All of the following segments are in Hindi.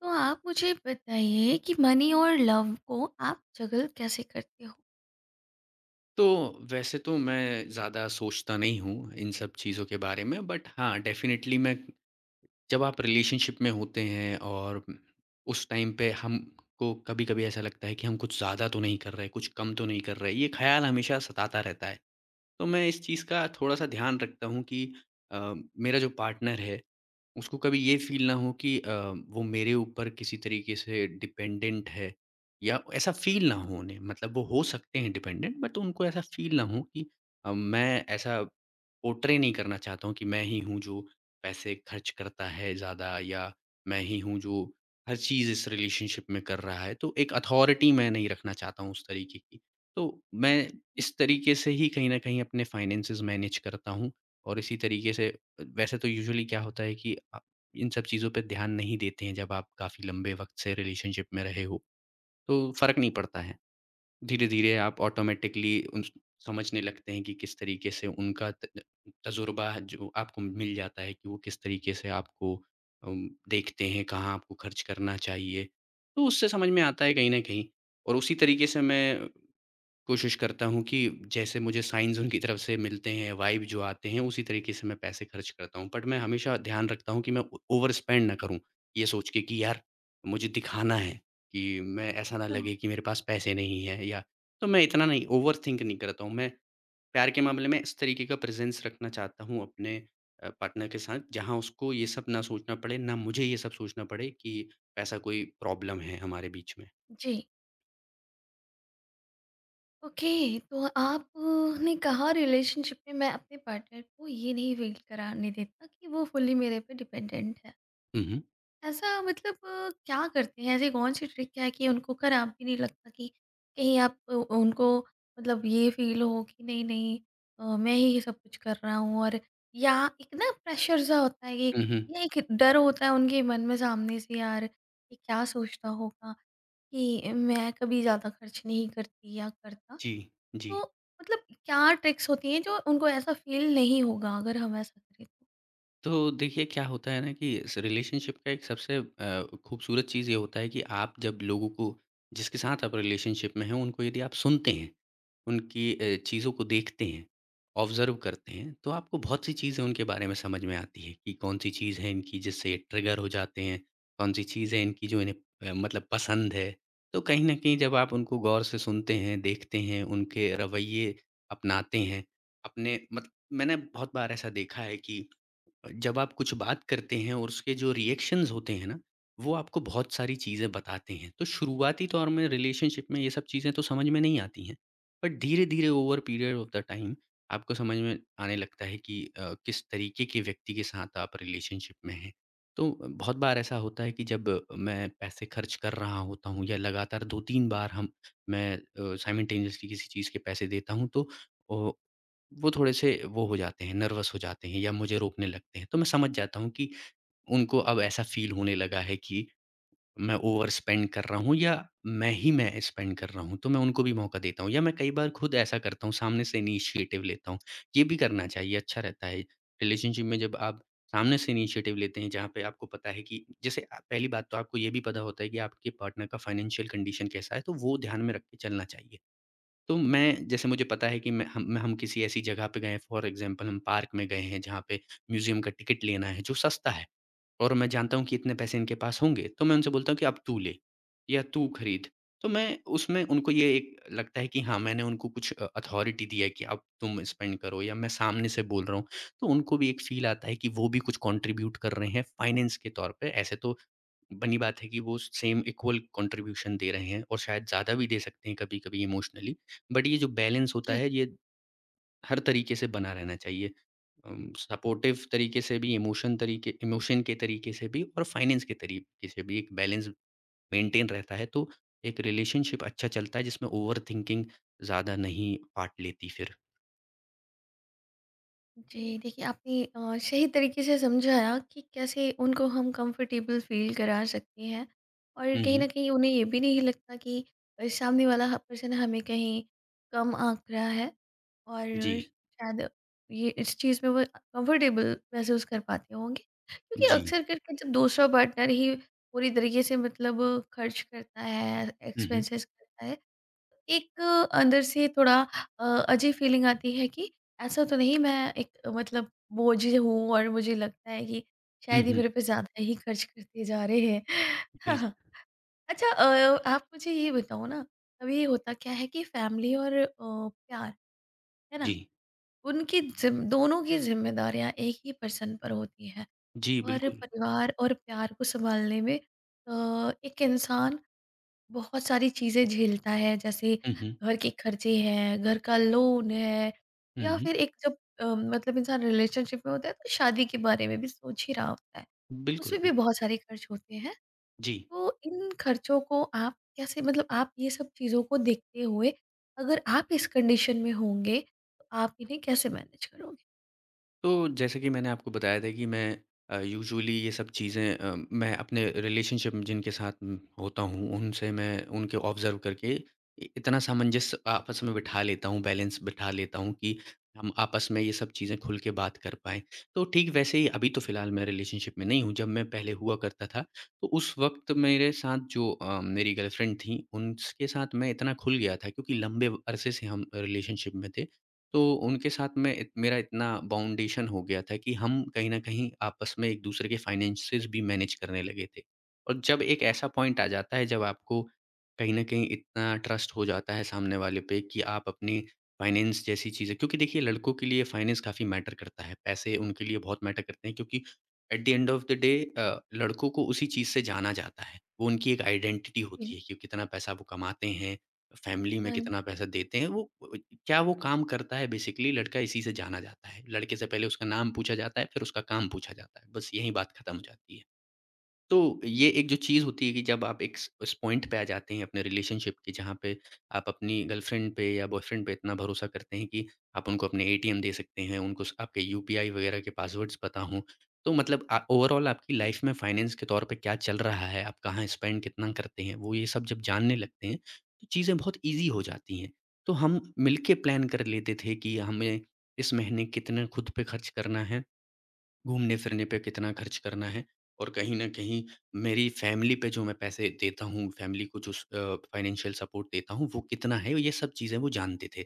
तो आप मुझे बताइए कि मनी और लव को आप जगल कैसे करते हो? तो वैसे तो मैं ज़्यादा सोचता नहीं हूँ इन सब चीज़ों के बारे में बट हाँ डेफ़िनेटली मैं जब आप रिलेशनशिप में होते हैं और उस टाइम पे हमको कभी-कभी ऐसा लगता है कि हम कुछ ज़्यादा तो नहीं कर रहे, कुछ कम तो नहीं कर रहे, ये ख़्याल हमेशा सताता रहता है। तो मैं इस चीज़ का थोड़ा-सा ध्यान रखता हूँ कि मेरा जो पार्टनर है उसको कभी ये फ़ील ना हो कि वो मेरे ऊपर किसी तरीके से डिपेंडेंट है या ऐसा फ़ील ना हो उन्हें, मतलब वो हो सकते हैं डिपेंडेंट बट उनको ऐसा फ़ील ना हो कि मैं ऐसा पोर्ट्रे नहीं करना चाहता हूँ कि मैं ही हूँ जो पैसे खर्च करता है ज़्यादा, या मैं ही हूँ जो हर चीज़ इस रिलेशनशिप में कर रहा है। तो एक अथॉरिटी मैं नहीं रखना चाहता हूँ उस तरीके की। तो मैं इस तरीके से ही कहीं न कहीं अपने फाइनेंसेस मैनेज करता हूँ और इसी तरीके से वैसे तो यूजुअली क्या होता है कि इन सब चीज़ों पे ध्यान नहीं देते हैं जब आप काफ़ी लंबे वक़्त से रिलेशनशिप में रहे हो, तो फ़र्क नहीं पड़ता है। धीरे-धीरे आप ऑटोमैटिकली उन समझने लगते हैं कि किस तरीके से उनका त तजुर्बा है, जो आपको मिल जाता है कि वो किस तरीके से आपको देखते हैं, कहाँ आपको खर्च करना चाहिए। तो उससे समझ में आता है कहीं न कहीं, और उसी तरीके से मैं कोशिश करता हूँ कि जैसे मुझे साइन्स उनकी तरफ से मिलते हैं, वाइब जो आते हैं, उसी तरीके से मैं पैसे खर्च करता हूँ। बट मैं हमेशा ध्यान रखता हूँ कि मैं ओ ओवर स्पेंड ना करूँ, ये सोच के कि यार मुझे दिखाना है कि मैं, ऐसा ना हाँ। लगे कि मेरे पास पैसे नहीं हैं, या तो मैं इतना नहीं ओवरथिंक नहीं करता हूँ। मैं प्यार के मामले में इस तरीके का प्रेज़ेंस रखना चाहता हूँ अपने पार्टनर के साथ, जहाँ उसको ये सब ना सोचना पड़े, ना मुझे ये सब सोचना पड़े कि पैसा कोई प्रॉब्लम है हमारे बीच में। जी, ओके। तो आपने कहा रिलेशनशिप में मैं अपने पार्टनर को ये नहीं फ़ील कराने देता कि वो फुल्ली मेरे पे डिपेंडेंट है। हुँ, हुँ। ऐसा मतलब क्या करते हैं? ऐसी कौन-सी ट्रिक है कि उनको खराब भी नहीं लगता कि कहीं आप उनको मतलब ये फ़ील हो कि नहीं, नहीं, मैं ही सब कुछ कर रहा हूँ और या एक ना प्रेशर सा होता है कि हुँ, हुँ। या एक डर होता है उनके मन में सामने से यार ये क्या सोचता होगा कि मैं कभी ज़्यादा खर्च नहीं करती या करता। जी, तो जी। मतलब क्या ट्रिक्स होती हैं जो उनको ऐसा फ़ील नहीं होगा अगर हम ऐसा करें तो देखिए, क्या होता है ना कि इस रिलेशनशिप का एक सबसे खूबसूरत चीज़ ये होता है कि आप जब लोगों को, जिसके साथ आप रिलेशनशिप में हैं, उनको यदि आप सुनते हैं, उनकी चीज़ों को देखते हैं, ऑब्ज़र्व करते हैं, तो आपको बहुत सी चीज़ें उनके बारे में समझ में आती है कि कौन-सी चीज़ है इनकी जिससे ये ट्रिगर हो जाते हैं, कौन-सी चीज़ है इनकी जो इन्हें मतलब पसंद है। तो कहीं न कहीं जब आप उनको गौर से सुनते हैं, देखते हैं, उनके रवैये अपनाते हैं, अपने मत मैंने बहुत बार ऐसा देखा है कि जब आप कुछ बात करते हैं और उसके जो रिएक्शंस होते हैं ना, वो आपको बहुत सारी चीज़ें बताते हैं। तो शुरुआती तौर में रिलेशनशिप में ये सब चीज़ें तो समझ में नहीं आती हैं। बट धीरे-धीरे over period of the time आपको समझ में आने लगता है कि किस तरीके के व्यक्ति के साथ आप रिलेशनशिप में हैं। तो बहुत बार ऐसा होता है कि जब मैं पैसे खर्च कर रहा होता हूँ या लगातार 2-3 बार हम मैं साइमल्टेनियसली किसी चीज़ के पैसे देता हूँ, तो ओ वो थोड़े-से वो हो जाते हैं, नर्वस हो जाते हैं या मुझे रोकने लगते हैं। तो मैं समझ जाता हूँ कि उनको अब ऐसा फ़ील होने लगा है कि मैं ओवर स्पेंड कर रहा हूँ या मैं ही मैं स्पेंड कर रहा हूँ। तो मैं उनको भी मौका देता हूँ या मैं कई बार खुद ऐसा करता हूँ, सामने से इनिशिएटिव लेता हूँ। ये भी करना चाहिए, अच्छा रहता है। रिलेशनशिप में जब आप सामने से इनिशिएटिव लेते हैं, जहाँ पे आपको पता है कि, जैसे पहली बात तो आपको ये भी पता होता है कि आपके पार्टनर का फाइनेंशियल कंडीशन कैसा है, तो वो ध्यान में रख के चलना चाहिए। तो मैं, जैसे मुझे पता है कि मैं हम किसी ऐसी जगह पे गए हैं, फॉर एग्ज़ाम्पल हम पार्क में गए हैं जहाँ पे म्यूज़ियम का टिकट लेना है जो सस्ता है, और मैं जानता हूँ कि इतने पैसे इनके पास होंगे, तो मैं उनसे बोलता हूँ कि अब तू ले या तू खरीद। तो मैं उसमें उनको ये एक लगता है कि हाँ, मैंने उनको कुछ अथॉरिटी दी है कि अब तुम स्पेंड करो, या मैं सामने से बोल रहा हूँ। तो उनको भी एक फ़ील आता है कि वो भी कुछ कंट्रीब्यूट कर रहे हैं फाइनेंस के तौर पे। ऐसे तो बनी बात है कि वो सेम इक्वल कंट्रीब्यूशन दे रहे हैं, और शायद ज़्यादा भी दे सकते हैं कभी-कभी इमोशनली। बट ये जो बैलेंस होता तो? है ये हर तरीके से बना रहना चाहिए। सपोर्टिव तरीके से भी, इमोशन के तरीके से भी और फाइनेंस के तरीके से भी एक बैलेंस मेंटेन रहता है, तो एक रिलेशनशिप अच्छा चलता है जिसमें ओवरथिंकिंग ज़्यादा नहीं पार्ट लेती फिर। जी, देखिए आपने सही तरीके से समझाया कि कैसे उनको हम कंफर्टेबल फ़ील करा सकते हैं और हुँ, कहीं न हुँ। कहीं उन्हें ये भी नहीं लगता कि सामने वाला ह पर्सन हमें कहीं कम आँक रहा है, और जी, शायद ये इस चीज़ में वो कंफर्टेबल महसूस कर पाते होंगे। क्योंकि जी। अक्सर करके जब दूसरा पार्टनर ही पूरी तरीके से मतलब खर्च करता है, हुँ, हुँ। एक्सपेंसेस करता है, एक अंदर से थोड़ा अजीब फीलिंग आती है कि ऐसा तो नहीं मैं एक मतलब बोझ हूँ, और मुझे लगता है कि हुँ, शायद ये हुँ। मेरे पे ज़्यादा ही खर्च करते जा रहे हैं। हाँ, हाँ। बिल्कुल। अच्छा, आप मुझे ये बताओ ना, कभी होता क्या है कि फैमिली और प्यार, है ना? जी। उनकी जिम दोनों की ज़िम्मेदारियाँ एक ही पर्सन पर होती हैं जी, और बिल्कुल। परिवार और प्यार को सँभालने में एक इंसान बहुत सारी चीज़ें झेलता है, जैसे हुँ, हुँ। घर के खर्चे हैं, घर का लोन है, हुँ, या हुँ। फिर एक जब मतलब इंसान रिलेशनशिप में होता है तो शादी के बारे में भी सोच ही रहा होता है। बिल्कुल, उसमें भी बिल्कुल। बहुत सारे खर्च होते हैं। जी। तो इन खर्चों को आप कैसे मतलब आप ये सब चीज़ों को देखते हुए अगर आप इस कंडीशन में होंगे, तो आप इन्हें कैसे मैनेज करोगे? तो जैसे कि मैंने आपको बताया था कि मैं यूजुअली ये सब चीज़ें मैं अपने रिलेशनशिप में जिनके साथ होता हूँ, उनसे मैं उनके ऑब्ज़र्व करके इतना सामंजस्य आपस में बिठा लेता हूँ, बैलेंस बिठा लेता हूँ कि हम आपस में ये सब चीज़ें खुल के बात कर पाएँ। तो ठीक वैसे ही, अभी तो फ़िलहाल मैं रिलेशनशिप में नहीं हूँ, जब मैं पहले हुआ करता था तो उस वक्त मेरे साथ जो मेरी गर्लफ्रेंड थी उनके साथ मैं इतना खुल गया था, क्योंकि लंबे अरसे से हम रिलेशनशिप में थे, तो उनके साथ में इत मेरा इतना बाउंडेशन हो गया था कि हम कहीं न कहीं आपस में एक दूसरे के फाइनेंसेज़ भी मैनेज करने लगे थे। और जब एक ऐसा पॉइंट आ जाता है जब आपको कहीं न कहीं इतना ट्रस्ट हो जाता है सामने वाले पे कि आप अपनी फाइनेंस जैसी चीज़ें, क्योंकि देखिए, लड़कों के लिए फाइनेंस काफ़ी मैटर करता है। पैसे उनके लिए बहुत मैटर करते हैं, क्योंकि at the end of the day लड़कों को उसी चीज़ से जाना जाता है। वो उनकी एक आइडेंटिटी हुँ। होती है कि कितना पैसा वो कमाते हैं, फैमिली में हाँ जी। कितना पैसा देते हैं, अ, क्या वो काम करता है, बेसिकली लड़का इसी से जाना जाता है। लड़के से पहले उसका नाम पूछा जाता है, फिर उसका काम पूछा जाता है, बस यहीं बात खत्म हो जाती है। तो ये एक जो चीज़ होती है कि जब आप एक स उस पॉइंट पे आ जाते हैं अपने रिलेशनशिप के, जहाँ पे आप अपनी गर्लफ्रेंड पे या बॉयफ्रेंड पे इतना भरोसा करते हैं कि आप उनको अपने एटीएम दे सकते हैं, उनको स आपके यूपीआई वगैरह के पासवर्ड्स पता हों। तो मतलब, ओवरऑल आपकी लाइफ़ में फाइनेंस के तौर पे क्या चल रहा है, आप कहाँ स्पेंड कितना करते हैं, वो ये सब जब जानने लगते हैं, तो चीज़ें बहुत ईज़ी हो जाती हैं। तो हम मिलके प्लान कर लेते थे कि हमें इस महीने कितना खुद पे खर्च करना है, घूमने-फिरने पे कितना खर्च करना है, और कहीं न कहीं मेरी फ़ैमिली पे जो मैं पैसे देता हूँ, फ़ैमिली को जो फ़ाइनेंशियल सपोर्ट देता हूँ, वो कितना है, ये सब चीज़ें वो जानते थे।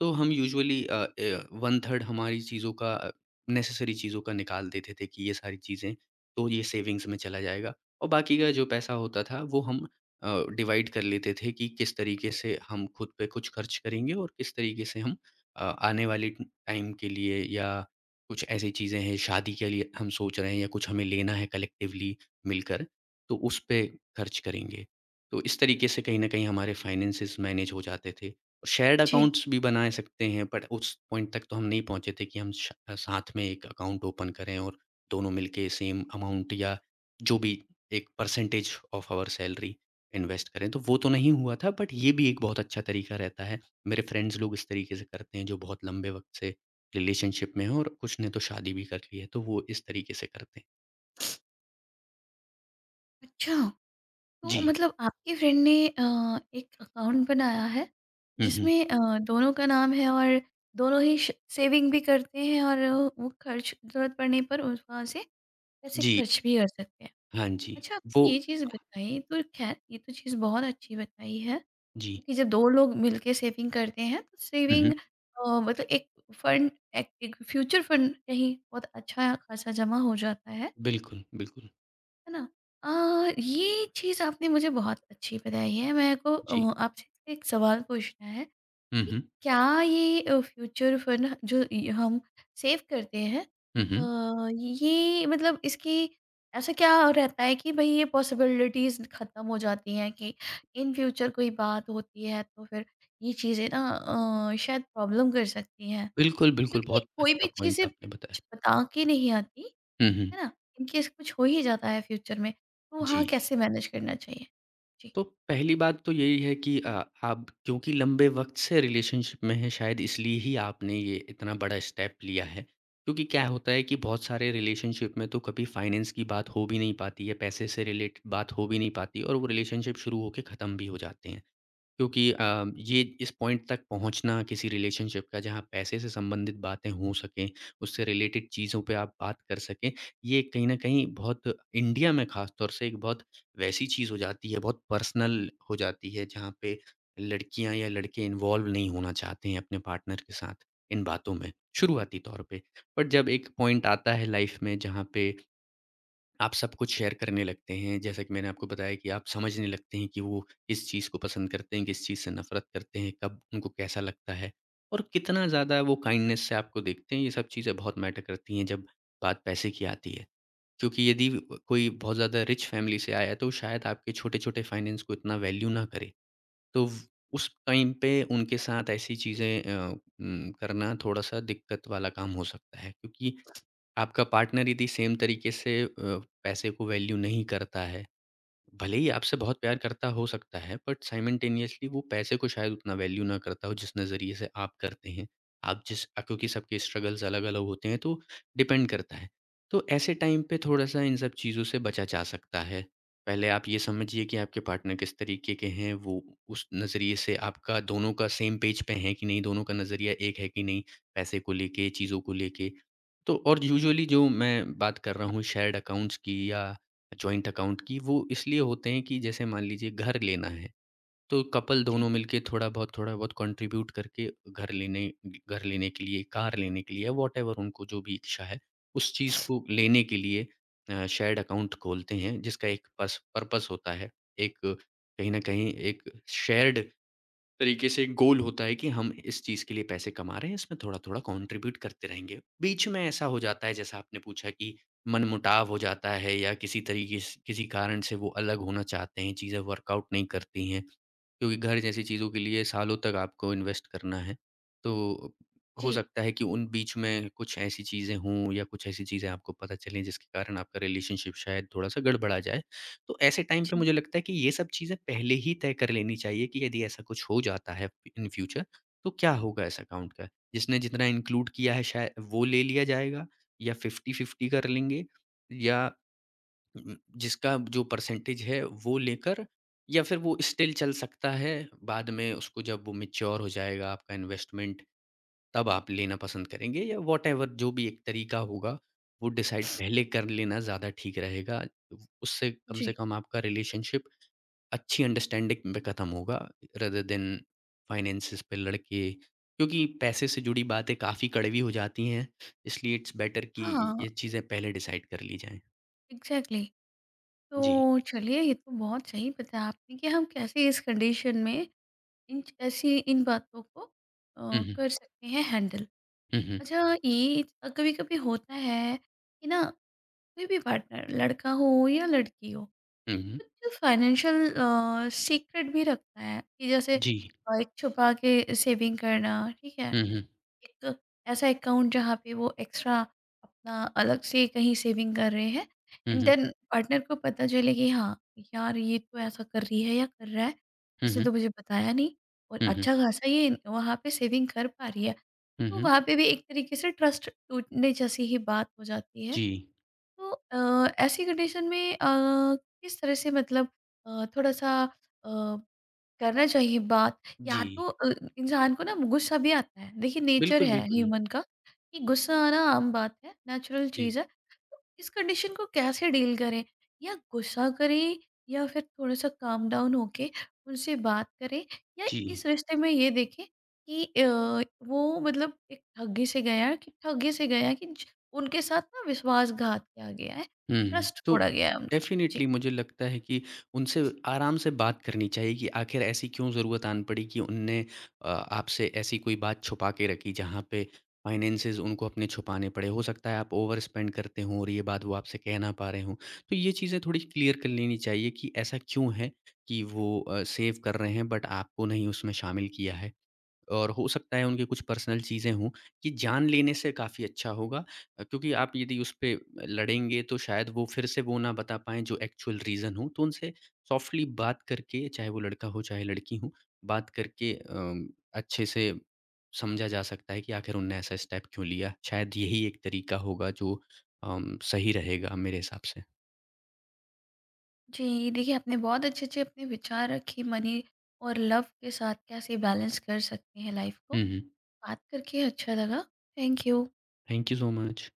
तो हम यूजुअली 1/3 हमारी चीज़ों का, नेसेसरी चीज़ों का निकाल देते थे कि ये सारी चीज़ें, तो ये सेविंग्स में चला जाएगा, और बाकी का जो पैसा होता था वो हम डिवाइड कर लेते थे कि किस तरीके से हम खुद पे कुछ खर्च करेंगे और किस तरीके से हम आने वाले टाइम के लिए, या कुछ ऐसी चीज़ें हैं शादी के लिए हम सोच रहे हैं या कुछ हमें लेना है कलेक्टिवली मिलकर, तो उस पे खर्च करेंगे। तो इस तरीके से कहीं न कहीं हमारे फाइनेंसेस मैनेज हो जाते थे। और शेयर्ड जी, अकाउंट्स भी बना सकते हैं, बट उस पॉइंट तक तो हम नहीं पहुँचे थे कि हम श साथ में एक अकाउंट ओपन करें और दोनों मिलके सेम अमाउंट या जो भी एक percentage of our salary invest करें, तो वो तो नहीं हुआ था, बट ये भी एक बहुत अच्छा तरीका रहता है। मेरे फ्रेंड्स लोग इस तरीके से करते हैं जो बहुत लंबे वक़्त से रिलेशनशिप में हैं और कुछ ने तो शादी भी कर ली है, तो वो इस तरीके से करते हैं। अच्छा। तो जी। मतलब आपके फ्रेंड ने एक अकाउंट बनाया है हुँ, हुँ। जिसमें दोनों का नाम है और दोनों ही सेविंग भी करते हैं, और वो खर्च जरूरत पड़ने पर वहाँ से पैसे जी। खर्च भी कर सकते हैं। हाँ जी, अच्छा, आपने वो ये चीज़ बताई तो खैर ये तो चीज़ बहुत अच्छी बताई है, जी। क्योंकि जब दो लोग मिलके सेविंग करते हैं तो हुँ, सेविंग हुँ। मतलब एक फंड, एक फ्यूचर फंड कहीं बहुत अच्छा खासा जमा हो जाता है बिल्कुल, बिल्कुल। है ना? ये चीज़ आपने मुझे बहुत अच्छी बताई है। मेरे को जी। आपसे एक सवाल पूछना है हुँ, कि हुँ। क्या ये फ्यूचर फंड जो इ हम सेव करते हैं, हुँ, हुँ। ये मतलब इसकी ऐसा क्या रहता है कि भई ये पॉसिबिलिटीज़ ख़त्म हो जाती हैं कि इन फ्यूचर कोई बात होती है तो फिर ये चीज़ें ना शायद प्रॉब्लम कर सकती हैं? बिल्कुल, बिल्कुल, क्योंकि बहुत कोई भी अच्छा पॉइंट चीज़ें आपने बताया। बता के नहीं आती, हुँ, हुँ। है ना? इन केस कुछ हो ही जाता है फ्यूचर में, तो जी। वहाँ कैसे मैनेज करना चाहिए? जी। तो पहली बात तो यही है कि आप क्योंकि लंबे वक़्त से रिलेशनशिप में हैं, शायद इसलिए ही आपने ये इतना बड़ा स्टेप लिया है। क्योंकि क्या होता है कि बहुत सारे रिलेशनशिप में तो कभी फाइनेंस की बात हो भी नहीं पाती है, पैसे से रिलेट बात हो भी नहीं पाती, और वो रिलेशनशिप शुरू होके ख़त्म भी हो जाते हैं। क्योंकि ये इस पॉइंट तक पहुँचना किसी रिलेशनशिप का जहाँ पैसे से संबंधित बातें हो सकें, उससे रिलेटेड चीज़ों पे आप बात कर सकें, ये कहीं न कहीं बहुत इंडिया में ख़ास तौर से एक बहुत वैसी चीज़ हो जाती है, बहुत पर्सनल हो जाती है जहाँ पे लड़कियाँ या लड़के इन्वॉल्व नहीं होना चाहते हैं अपने पार्टनर के साथ इन बातों में, शुरुआती तौर पे। बट जब एक पॉइंट आता है लाइफ़ में जहाँ पे आप सब कुछ शेयर करने लगते हैं। जैसा कि मैंने आपको बताया कि आप समझने लगते हैं कि वो किस चीज़ को पसंद करते हैं, किस चीज़ से नफ़रत करते हैं, कब उनको कैसा लगता है और कितना ज़्यादा वो काइंडनेस से आपको देखते हैं। ये सब चीज़ें बहुत मैटर करती हैं जब बात पैसे की आती है। क्योंकि यदि कोई बहुत ज़्यादा रिच फ़ैमिली से आया है तो शायद आपके छोटे-छोटे फ़ाइनेंस को इतना वैल्यू ना करे। तो व उस टाइम पे उनके साथ ऐसी चीज़ें करना थोड़ा-सा दिक्कत वाला काम हो सकता है, क्योंकि आपका पार्टनर यदि सेम तरीके से पैसे को वैल्यू नहीं करता है, भले ही आपसे बहुत प्यार करता हो सकता है, बट साइमल्टेनियसली वो पैसे को शायद उतना वैल्यू ना करता हो जिस नज़रिए से आप करते हैं। आप जिस क्योंकि सबके स्ट्रगल्स अलग-अलग होते हैं, तो डिपेंड करता है। तो ऐसे टाइम पे थोड़ा-सा इन सब चीज़ों से बचा जा सकता है। पहले आप ये समझिए कि आपके पार्टनर किस तरीके के हैं, वो उस नज़रिए से आपका दोनों का सेम पेज पे है कि नहीं, दोनों का नज़रिया एक है कि नहीं, पैसे को लेके, चीज़ों को लेके। तो और यूजुअली जो मैं बात कर रहा हूँ शेयर्ड अकाउंट्स की या जॉइंट अकाउंट की, वो इसलिए होते हैं कि जैसे मान लीजिए घर लेना है, तो कपल जी। दोनों मिलके थोड़ा बहुत कॉन्ट्रिब्यूट करके घर लेने के लिए, कार लेने के लिए, व्हाटएवर उनको जो भी इच्छा है, उस चीज़ को लेने के लिए शेयर्ड अकाउंट खोलते हैं, जिसका एक पस पर्पस होता है। एक कहीं न कहीं एक शेयर्ड तरीके से एक गोल होता है कि हम इस चीज़ के लिए पैसे कमा रहे हैं, इसमें थोड़ा-थोड़ा कॉन्ट्रिब्यूट करते रहेंगे। बीच में ऐसा हो जाता है, जैसा आपने पूछा, कि मनमुटाव हो जाता है या किसी तरीके से किसी कारण से वो अलग होना चाहते हैं, चीज़ें वर्कआउट नहीं करती हैं। क्योंकि घर जैसी चीज़ों के लिए सालों तक आपको इन्वेस्ट करना है। तो जी। हो सकता है कि उन बीच में कुछ ऐसी चीज़ें हों या कुछ ऐसी चीज़ें आपको पता चलें जिसके कारण आपका रिलेशनशिप शायद थोड़ा-सा गड़बड़ा जाए। तो ऐसे टाइम पे जी, मुझे लगता है कि ये सब चीज़ें पहले ही तय कर लेनी चाहिए कि यदि ऐसा कुछ हो जाता है इन फ्यूचर, तो क्या होगा इस अकाउंट का? जिसने जितना इंक्लूड किया है, शाय वो ले लिया जाएगा, या 50-50 कर लेंगे, या उम, जिसका जो परसेंटेज है वो लेकर, या फिर वो स्टिल चल सकता है, बाद में उसको जब वो मैच्योर हो जाएगा आपका इन्वेस्टमेंट, तब आप लेना पसंद करेंगे, या व्हॉटएवर जो भी एक तरीका होगा, वो डिसाइड पहले कर लेना ज़्यादा ठीक रहेगा। उससे कम जी। से कम आपका रिलेशनशिप अच्छी अंडरस्टैंडिंग पे ख़त्म होगा, रेदर देन फाइनेंसेस पे लड़ के, क्योंकि पैसे से जुड़ी बातें काफ़ी कड़वी हो जाती हैं, इसलिए इट्स बेटर कि हाँ, ये चीज़ें पहले डिसाइड कर ली जाएँ। एग्ज़ैक्टली। जी। तो चलिए, ये तो बहुत सही बताया आपने कि हम कैसे इस कंडीशन में इन च ऐसी इन बातों को हुँ, हुँ। कर सकते हैं हैंडल। हुँ, हुँ। अच्छा, ये कभी-कभी होता है कि ना कोई भी पार्टनर लड़का हो या लड़की हो, हुँ, हुँ। कुछ फाइनेंशियल सीक्रेट भी रखता है कि जैसे जी। एक छुपा के सेविंग करना, ठीक है? हुँ, हुँ। एक ऐसा अकाउंट जहाँ पे वो एक्स्ट्रा अपना अलग से कहीं सेविंग कर रहे हैं, हुँ, एंड हुँ। देन पार्टनर को पता चले कि हाँ यार ये तो ऐसा कर रही है या कर रहा है, हुँ, इसने हुँ। तो मुझे बताया नहीं, और हुँ, हुँ। अच्छा खासा ये वहाँ पे सेविंग कर पा रही है। हुँ, तो हुँ। वहाँ पे भी एक तरीके से ट्रस्ट टूटने जैसी ही बात हो जाती है। जी, तो ऐसी कंडीशन में किस तरह से मतलब थोड़ा-सा करना चाहिए बात, या जी। तो इंसान को ना गुस्सा भी आता है। देखिए नेचर बिल्कुल, है बिल्कुल। ह्यूमन का कि गुस्सा आना आम बात है, नेचुरल चीज़ जी, है। तो इस कंडीशन को कैसे डील करें? या गुस्सा करें या फिर थोड़ा-सा काम डाउन होके उनसे बात करें, या जी। इस रिश्ते में ये देखें कि वो मतलब एक ठगी से गया है कि ठगी से गया है कि उनके साथ ना विश्वासघात किया गया है, हुँ, हुँ। ट्रस्ट तो तोड़ा गया है उनका। जी। डेफ़िनिटली मुझे लगता है कि उनसे आराम से बात करनी चाहिए कि आखिर ऐसी क्यों ज़रूरत आन पड़ी कि उनने आपसे ऐसी कोई बात छुपा के रखी जहाँ पे फ़ाइनेंसेस उनको अपने छुपाने पड़े। हो सकता है आप ओवर स्पेंड करते हों और ये बात वो आपसे कह ना पा रहे हों। तो ये चीज़ें थोड़ी क्लियर कर लेनी चाहिए कि ऐसा क्यों है कि वो सेव कर रहे हैं बट आपको नहीं उसमें शामिल किया है। और हो सकता है उनकी कुछ पर्सनल चीज़ें हों, ये जान लेने से काफ़ी अच्छा होगा, क्योंकि आप यदि उस पे लड़ेंगे तो शायद वो फिर से वो ना बता पाएँ जो एक्चुअल रीज़न हो। तो उनसे सॉफ्टली बात करके, चाहे वो लड़का हो चाहे लड़की हो, बात करके अच्छे से समझा जा सकता है कि आखिर उनने ऐसा स्टेप क्यों लिया। शायद यही एक तरीका होगा जो सही रहेगा मेरे हिसाब से। जी, देखिए आपने बहुत अच्छे-अच्छे अपने विचार रखे मनी और लव के साथ कैसे बैलेंस कर सकते हैं लाइफ़ को। हुँ, हुँ। बात करके अच्छा लगा। Thank you. Thank you so much.